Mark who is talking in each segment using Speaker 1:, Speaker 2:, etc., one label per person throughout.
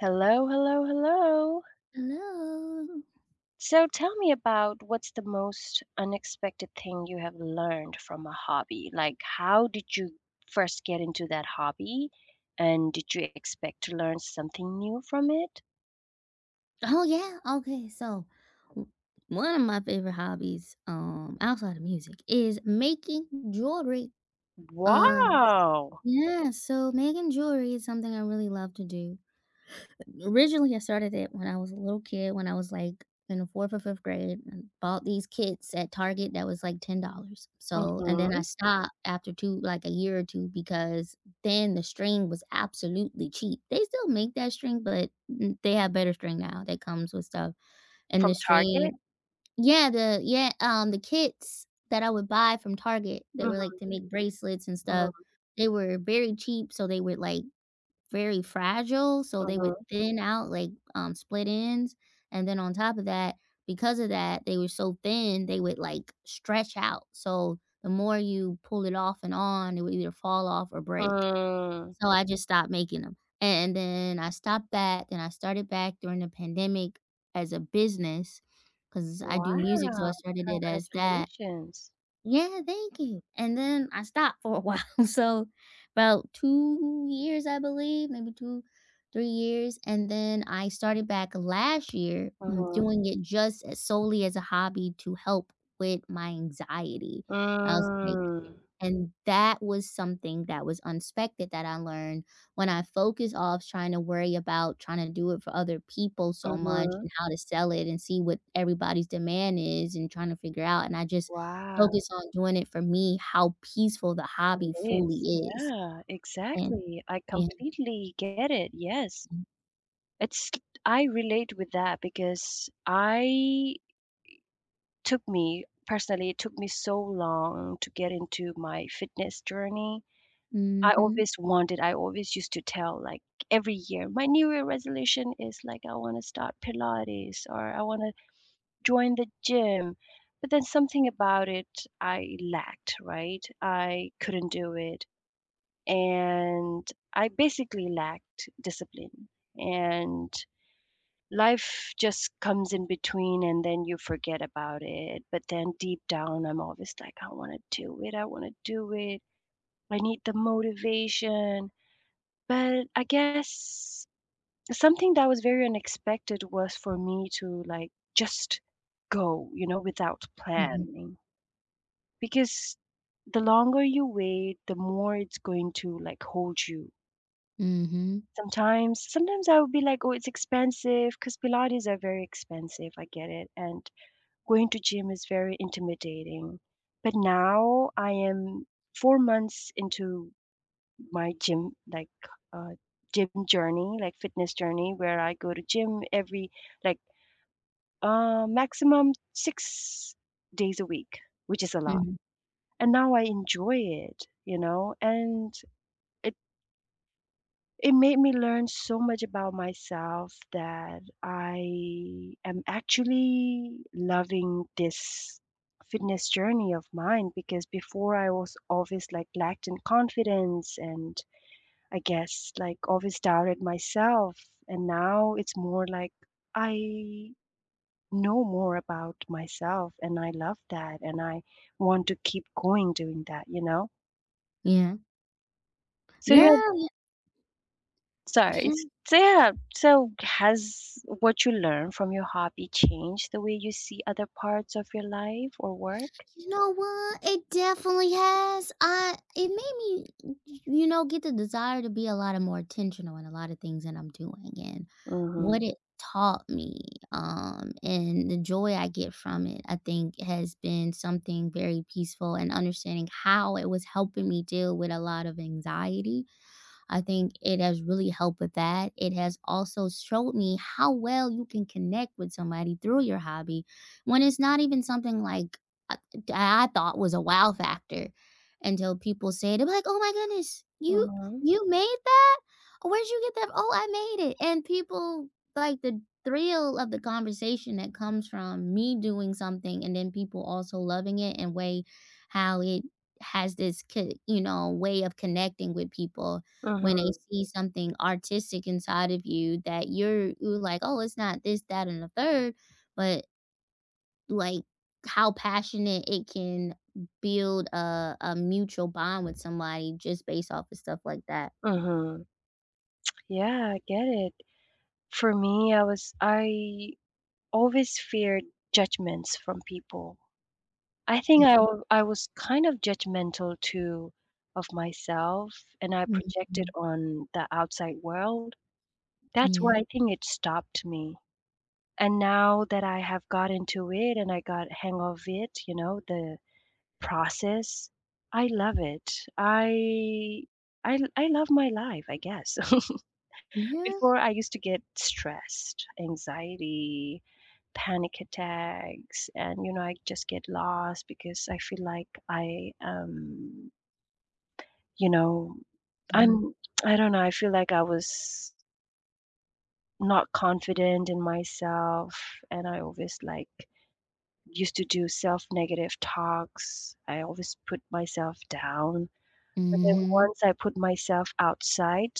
Speaker 1: Hello, hello, hello.
Speaker 2: Hello.
Speaker 1: So tell me about, what's the most unexpected thing you have learned from a hobby? Like, how did you first get into that hobby? And did you expect to learn something new from it?
Speaker 2: Oh yeah. Okay. So, w- one of my favorite hobbies, outside of music, is making jewelry. Um,
Speaker 1: Wow.
Speaker 2: yeah. So making jewelry is something I really love to do. Originally I started it when I was a little kid, when I was like in the fourth or fifth grade and bought these kits at Target that was like $10. So, and
Speaker 1: Mhm.
Speaker 2: then I stopped after two, like a year or two, because then the string was absolutely cheap. They still make that string, but they have better string now that comes with stuff. And
Speaker 1: From
Speaker 2: the string,
Speaker 1: Target?
Speaker 2: yeah, the kits that I would buy from Target, they were like
Speaker 1: Mhm,
Speaker 2: to make bracelets and stuff.
Speaker 1: mhm,
Speaker 2: They were very cheap. So they would like very fragile, so they
Speaker 1: mhm.
Speaker 2: would thin out like, split ends, and then on top of that, because of that, they were so thin, they would, like, stretch out, so the more you pull it off and on, it would either fall off or break.
Speaker 1: Mm.
Speaker 2: So I just stopped making them, and then I stopped that, then I started back during the pandemic as a business because I do music, so
Speaker 1: Wow.
Speaker 2: I started it as that.
Speaker 1: Congratulations.
Speaker 2: Yeah, thank you. And then I stopped for a while. So about 2 years, I believe, maybe 2, 3 years, and then I started back last year,
Speaker 1: Mhm.
Speaker 2: doing it just as solely as a hobby to help with my anxiety. I was like
Speaker 1: Mm.
Speaker 2: And that was something that was unexpected that I learned when I focused off trying to worry about trying to do it for other people so much
Speaker 1: Mhm.
Speaker 2: and how to sell it and see what everybody's demand is and trying to figure out. And I just
Speaker 1: Wow.
Speaker 2: focus on doing it for me, how peaceful the hobby
Speaker 1: It is,
Speaker 2: fully is.
Speaker 1: yeah,
Speaker 2: And
Speaker 1: exactly. I
Speaker 2: yeah.
Speaker 1: completely get it. Yes. It's I relate with that because I took me personally, it took me so long to get into my fitness journey.
Speaker 2: Mhm.
Speaker 1: I always used to tell, like, every year, my New Year resolution is like I want to start Pilates or I want to join the gym. But then something about it I lacked, right? I couldn't do it. And I basically lacked discipline. And life just comes in between, and then you forget about it. But then deep down, I'm always like, I want to do it. I want to do it. I need the motivation. But I guess something that was very unexpected was for me to, like, just go, without
Speaker 2: Mhm.
Speaker 1: planning. Because the longer you wait, the more it's going to like hold you.
Speaker 2: Mhm.
Speaker 1: Sometimes I would be like, "Oh, it's expensive," because Pilates are very expensive, I get it, and going to gym is very intimidating. But now I am 4 months into my gym, like, uh, gym journey, like, fitness journey, where I go to gym every, like, maximum 6 days a week, which is a lot.
Speaker 2: Mhm.
Speaker 1: And now I enjoy it, you know, and it It made me learn so much about myself, that I am actually loving this fitness journey of mine, because before I was always like lacked in confidence and I guess like always doubted myself. And now it's more like I know more about myself, and I love that, and I want to keep going doing that, you know?
Speaker 2: Yeah.
Speaker 1: So yeah. Sorry.
Speaker 2: Yeah.
Speaker 1: So yeah, so has what you learn from your hobby changed the way you see other parts of your life or work?
Speaker 2: You know what? It definitely has. I It made me, get the desire to be a lot of more intentional in a lot of things that I'm doing, and
Speaker 1: Mhm.
Speaker 2: what it taught me, and the joy I get from it, I think, has been something very peaceful, and understanding how it was helping me deal with a lot of anxiety, I think it has really helped with that. It has also showed me how well you can connect with somebody through your hobby when it's not even something like I, I thought was a wow factor until people say it. They're like, "Oh my goodness, you
Speaker 1: Mhm.
Speaker 2: you made that? Where'd you get that? Oh, I made it!" And people like the thrill of the conversation that comes from me doing something and then people also loving it, and way how it has this way of connecting with people when they
Speaker 1: Mhm.
Speaker 2: see something artistic inside of you, that you're like, "Oh, it's not this, that, and the third, but like how passionate it can build a mutual bond with somebody just based off of stuff like that."
Speaker 1: Mhm. Yeah, I get it. For me, I always feared judgments from people. I think
Speaker 2: Mhm,
Speaker 1: I was kind of judgmental too of myself, and I projected
Speaker 2: mhm.
Speaker 1: on the outside world. That's
Speaker 2: Yeah.
Speaker 1: why I think it stopped me. And now that I have got into it and I got hang of it, you know, the process, I love it. I I love my life, I guess.
Speaker 2: Yeah.
Speaker 1: Before I used to get stressed, anxiety, panic attacks, and you know, I just get lost because I feel like you know,
Speaker 2: Mhm.
Speaker 1: I'm I don't know, I feel like I was not confident in myself, and I always like used to do self-negative talks. I always put myself down. But then
Speaker 2: Mhm.
Speaker 1: once I put myself outside,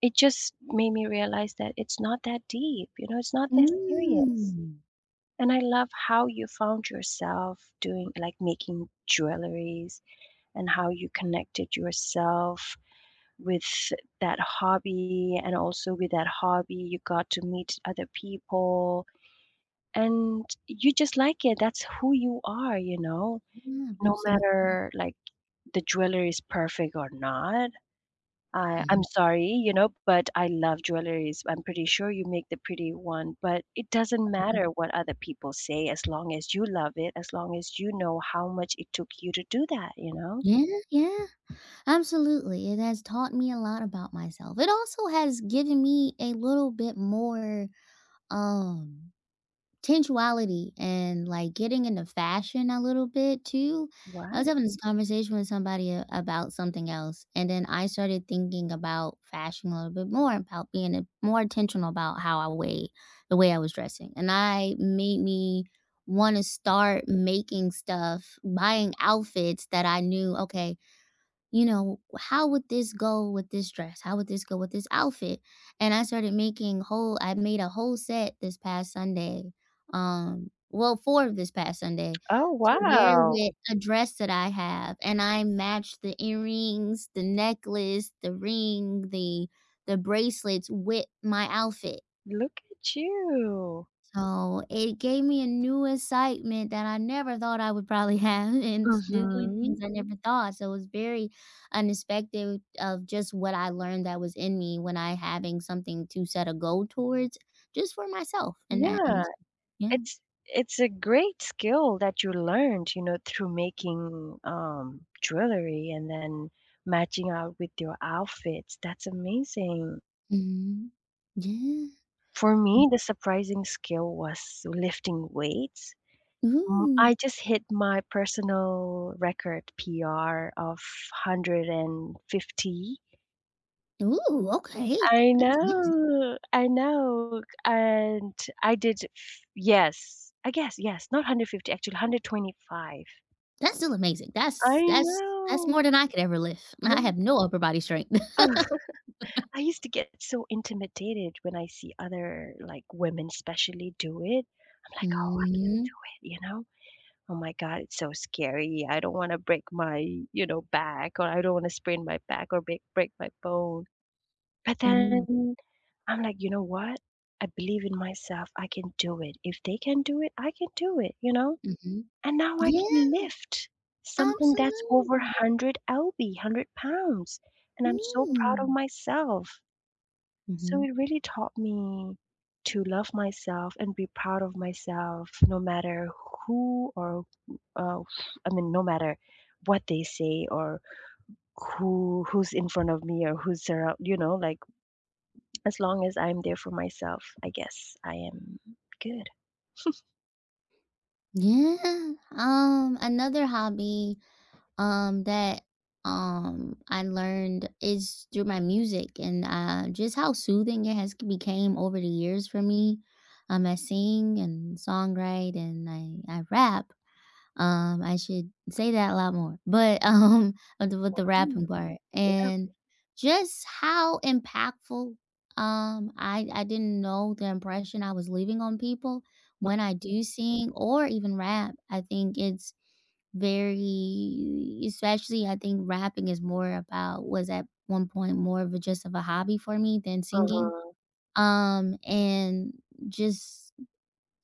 Speaker 1: it just made me realize that it's not that deep, it's not that serious.
Speaker 2: Mm.
Speaker 1: And I love how you found yourself doing like making jewelries, and how you connected yourself with that hobby. And also with that hobby, you got to meet other people and you just like it. That's who you are, you know?
Speaker 2: Yeah,
Speaker 1: No
Speaker 2: absolutely.
Speaker 1: matter, like, the jewelry is perfect or not, I
Speaker 2: Mhm.
Speaker 1: I'm sorry, you know, but I love jewelries. I'm pretty sure you make the pretty one, but it doesn't matter what other people say, as long as you love it, as long as you know how much it took you to do that, you know?
Speaker 2: Yeah, yeah, absolutely. It has taught me a lot about myself. It also has given me a little bit more, um sensuality and, like, getting into fashion a little bit too. I
Speaker 1: Wow.
Speaker 2: was having this conversation with somebody a about something else, and then I started thinking about fashion a little bit more, about being a more intentional about how I weigh the way I was dressing, and I made me wanna start making stuff, buying outfits that I knew. "Okay, you know, how would this go with this dress? How would this go with this outfit?" And I made a whole set this past Sunday. Well, 4 this past Sunday,
Speaker 1: Oh,
Speaker 2: to wear
Speaker 1: wow.
Speaker 2: with a dress that I have, and I matched the earrings, the necklace, the ring, the bracelets with my outfit.
Speaker 1: Look at you.
Speaker 2: So, it gave me a new excitement that I never thought I would probably have, and doing
Speaker 1: Mhm.
Speaker 2: things I never thought, so it was very unexpected of just what I learned that was in me when I having something to set a goal towards just for myself. And that.
Speaker 1: Yeah.
Speaker 2: Mhm. Yeah.
Speaker 1: It's it's a great skill that you learned, you know, through making, jewelry, and then matching out with your outfits. That's amazing.
Speaker 2: Mhm. Yeah.
Speaker 1: For me, the surprising skill was lifting weights. Mm,
Speaker 2: Ooh.
Speaker 1: I just hit my personal record PR of 150.
Speaker 2: Ooh, okay. That's amazing.
Speaker 1: I know, and I did f yes, I guess, yes, not 150, actually 125.
Speaker 2: That's still amazing.
Speaker 1: I
Speaker 2: That's that's
Speaker 1: know.
Speaker 2: more than I could ever lift. I
Speaker 1: Yeah.
Speaker 2: have no upper body strength.
Speaker 1: I used to get so intimidated when I see other, like, women especially do it. I'm like, "Oh,"
Speaker 2: Mhm.
Speaker 1: you know, "Oh my god, it's so scary. I don't wanna break my, you know, back, or I don't wanna sprain my back or break my bone." But
Speaker 2: Mm.
Speaker 1: then I'm like, "You know what? I believe in myself. I can do it. If they can do it, I can do it," you know?
Speaker 2: Mhm.
Speaker 1: And now I
Speaker 2: Yeah.
Speaker 1: can lift something that's over
Speaker 2: Absolutely.
Speaker 1: 100 lb, 100 lbs, and I'm so proud of
Speaker 2: Mm.
Speaker 1: myself. So
Speaker 2: Mhm.
Speaker 1: it really taught me to love myself and be proud of myself, no matter who or uh, I mean, no matter what they say, or who's in front of me or who's around. You know, like as long as I'm there for myself, I guess I am good.
Speaker 2: Yeah. Another hobby, that I learned is through my music, and just how soothing it has became over the years for me. I sing and songwrite, and I rap. I should say that a lot more, but, with the
Speaker 1: Mm,
Speaker 2: rapping part,
Speaker 1: yeah.
Speaker 2: and just how impactful, I didn't know the impression I was leaving on people when I do sing or even rap. I think it's very especially I think rapping is more about was at one point more of a just of a hobby for me than singing,
Speaker 1: Uh-huh,
Speaker 2: and just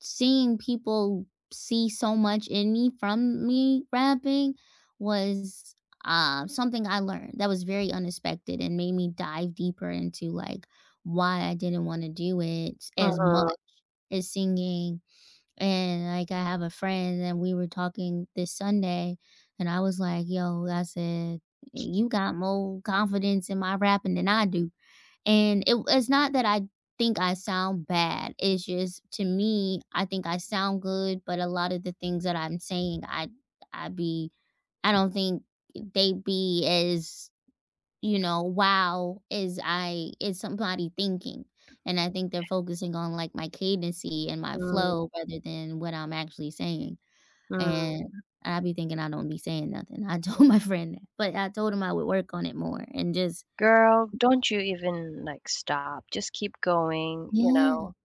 Speaker 2: seeing people see so much in me from me rapping was, something I learned that was very unexpected, and made me dive deeper into, like, why I didn't wanna do it as much
Speaker 1: uh-huh,
Speaker 2: as singing, and, like, I have a friend and we were talking this Sunday, and I was like, "Yo," I said, "you got more confidence in my rapping than I do." And it's not that I think I sound bad. It's just to me, I think I sound good, but a lot of the things that I'm saying, I be I don't think they be as, wow as I is somebody thinking. And I think they're focusing on like my cadency and my
Speaker 1: mm,
Speaker 2: flow rather than what I'm actually saying.
Speaker 1: mm.
Speaker 2: And I be thinking I don't be saying nothing. I told my friend that, but I told him I would work on it more and just
Speaker 1: Girl, don't you even, like, stop, just keep going, you
Speaker 2: yeah.
Speaker 1: know?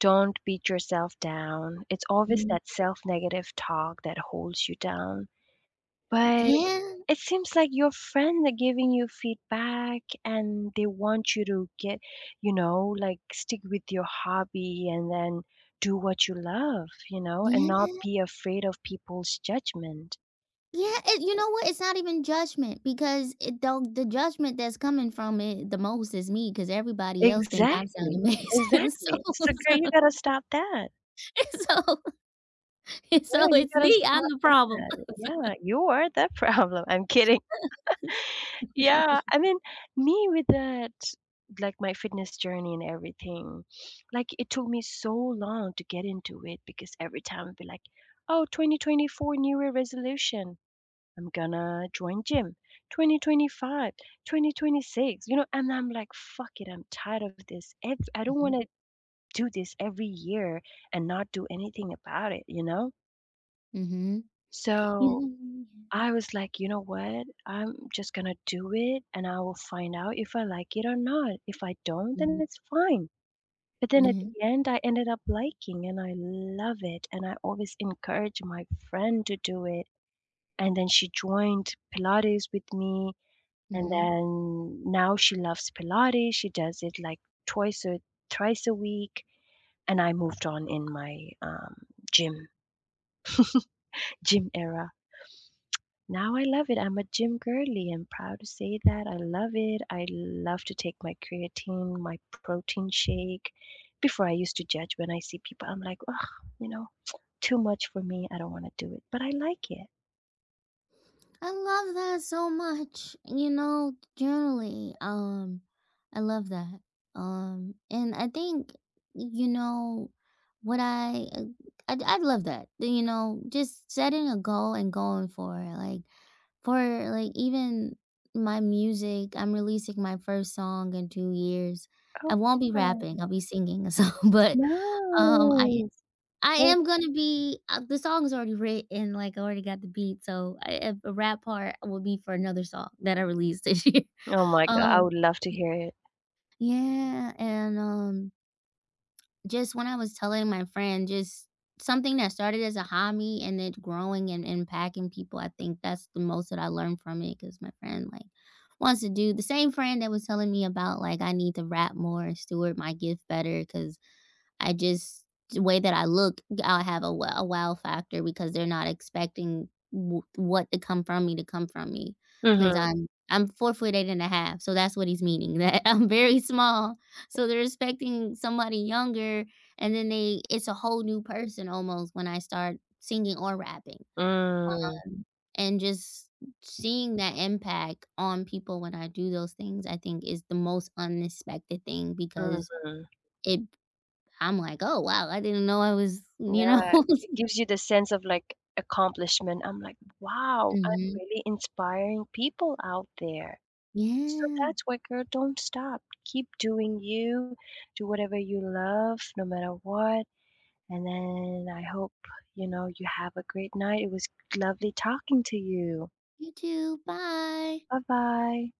Speaker 1: Don't beat yourself down. It's always
Speaker 2: mm,
Speaker 1: that self-negative talk that holds you down. But mhm,
Speaker 2: Yeah.
Speaker 1: it seems like your friends are giving you feedback, and they want you to get, you know, like stick with your hobby and then do what you love, you know, and not
Speaker 2: Yeah,
Speaker 1: be afraid of people's judgment.
Speaker 2: yeah, and you know what? It's not even judgment because it though the judgment that's coming from it the most is me, because everybody else think I am sound
Speaker 1: Exactly.
Speaker 2: amazing. So,
Speaker 1: Exactly. So girl,
Speaker 2: so,
Speaker 1: you gotta stop that.
Speaker 2: so,
Speaker 1: Yeah,
Speaker 2: so
Speaker 1: you
Speaker 2: it's
Speaker 1: gotta
Speaker 2: me. I'm
Speaker 1: stop
Speaker 2: the problem.
Speaker 1: that. Yeah, you are the problem. I'm kidding. Yeah, I mean, me with that, like my fitness journey and everything, like it took me so long to get into it because every time I'd be like, oh, 2024 New Year resolution, I'm gonna join gym. 2025, 2026, you know, and I'm like, fuck it, I'm tired of this. I don't want
Speaker 2: Mhm,
Speaker 1: to do this every year and not do anything about it, you know?
Speaker 2: mhm. Yeah,
Speaker 1: So
Speaker 2: yeah.
Speaker 1: I was like, you know what? I'm just gonna do it and I will find out if I like it or not. If I don't, then
Speaker 2: Mhm,
Speaker 1: it's fine. But then at
Speaker 2: yeah,
Speaker 1: the end, I ended up liking and I love it. And I always encourage my friend to do it. And then she joined Pilates with me. And
Speaker 2: mhm.
Speaker 1: then now she loves Pilates. She does it like twice or thrice a week. And I moved on in my gym, era. Now I love it. I'm a gym girly. I'm proud to say that. I love it. I love to take my creatine, my protein shake. Before I used to judge when I see people, I'm like, oh, you know, too much for me. I don't want to do it, but I like it.
Speaker 2: I love that so much. You know, generally, I love that. And I think, you know, what I, uh, I love that. You know, just setting a goal and going for it. Like, for like even my music, I'm releasing my first song in 2 years. I
Speaker 1: Oh.
Speaker 2: won't be
Speaker 1: Oh,
Speaker 2: rapping, I'll be singing a song, but um, I
Speaker 1: nice.
Speaker 2: I
Speaker 1: Well,
Speaker 2: am gonna be the song's already written, like, I already got the beat, so I a rap part will be for another song that I released this year.
Speaker 1: oh my God. I
Speaker 2: Um
Speaker 1: would love to hear it.
Speaker 2: yeah, and, just when I was telling my friend, just something that started as a hobby and it growing and impacting people, I think that's the most that I learned from it. Cause my friend, like, wants to do the same, friend that was telling me about, like, I need to rap more and steward my gift cause. I just the way that I look, I'll have a wow factor because they're not expecting w what to come from me. Because
Speaker 1: Mm-hmm.
Speaker 2: I 'cause I'm 4 foot 8 and a half, so that's what he's meaning, that I'm very small, so they're expecting somebody younger, and then they it's a whole new person almost when I start singing or rapping,
Speaker 1: Mm,
Speaker 2: and just seeing that impact on people when I do those things, I think is the most unexpected thing because
Speaker 1: hmm.
Speaker 2: it I'm like, "Oh, wow, I didn't know I was," you know?
Speaker 1: Yeah. It gives you the sense of like accomplishment. I'm like, wow, I'm
Speaker 2: Mhm.
Speaker 1: really inspiring people out there. So
Speaker 2: Yeah.
Speaker 1: that's why, girl, don't stop. Keep doing you. Do whatever you love, no matter what. And then I hope, you know, you have a great night. It was lovely talking to you.
Speaker 2: You too, bye.
Speaker 1: Bye bye.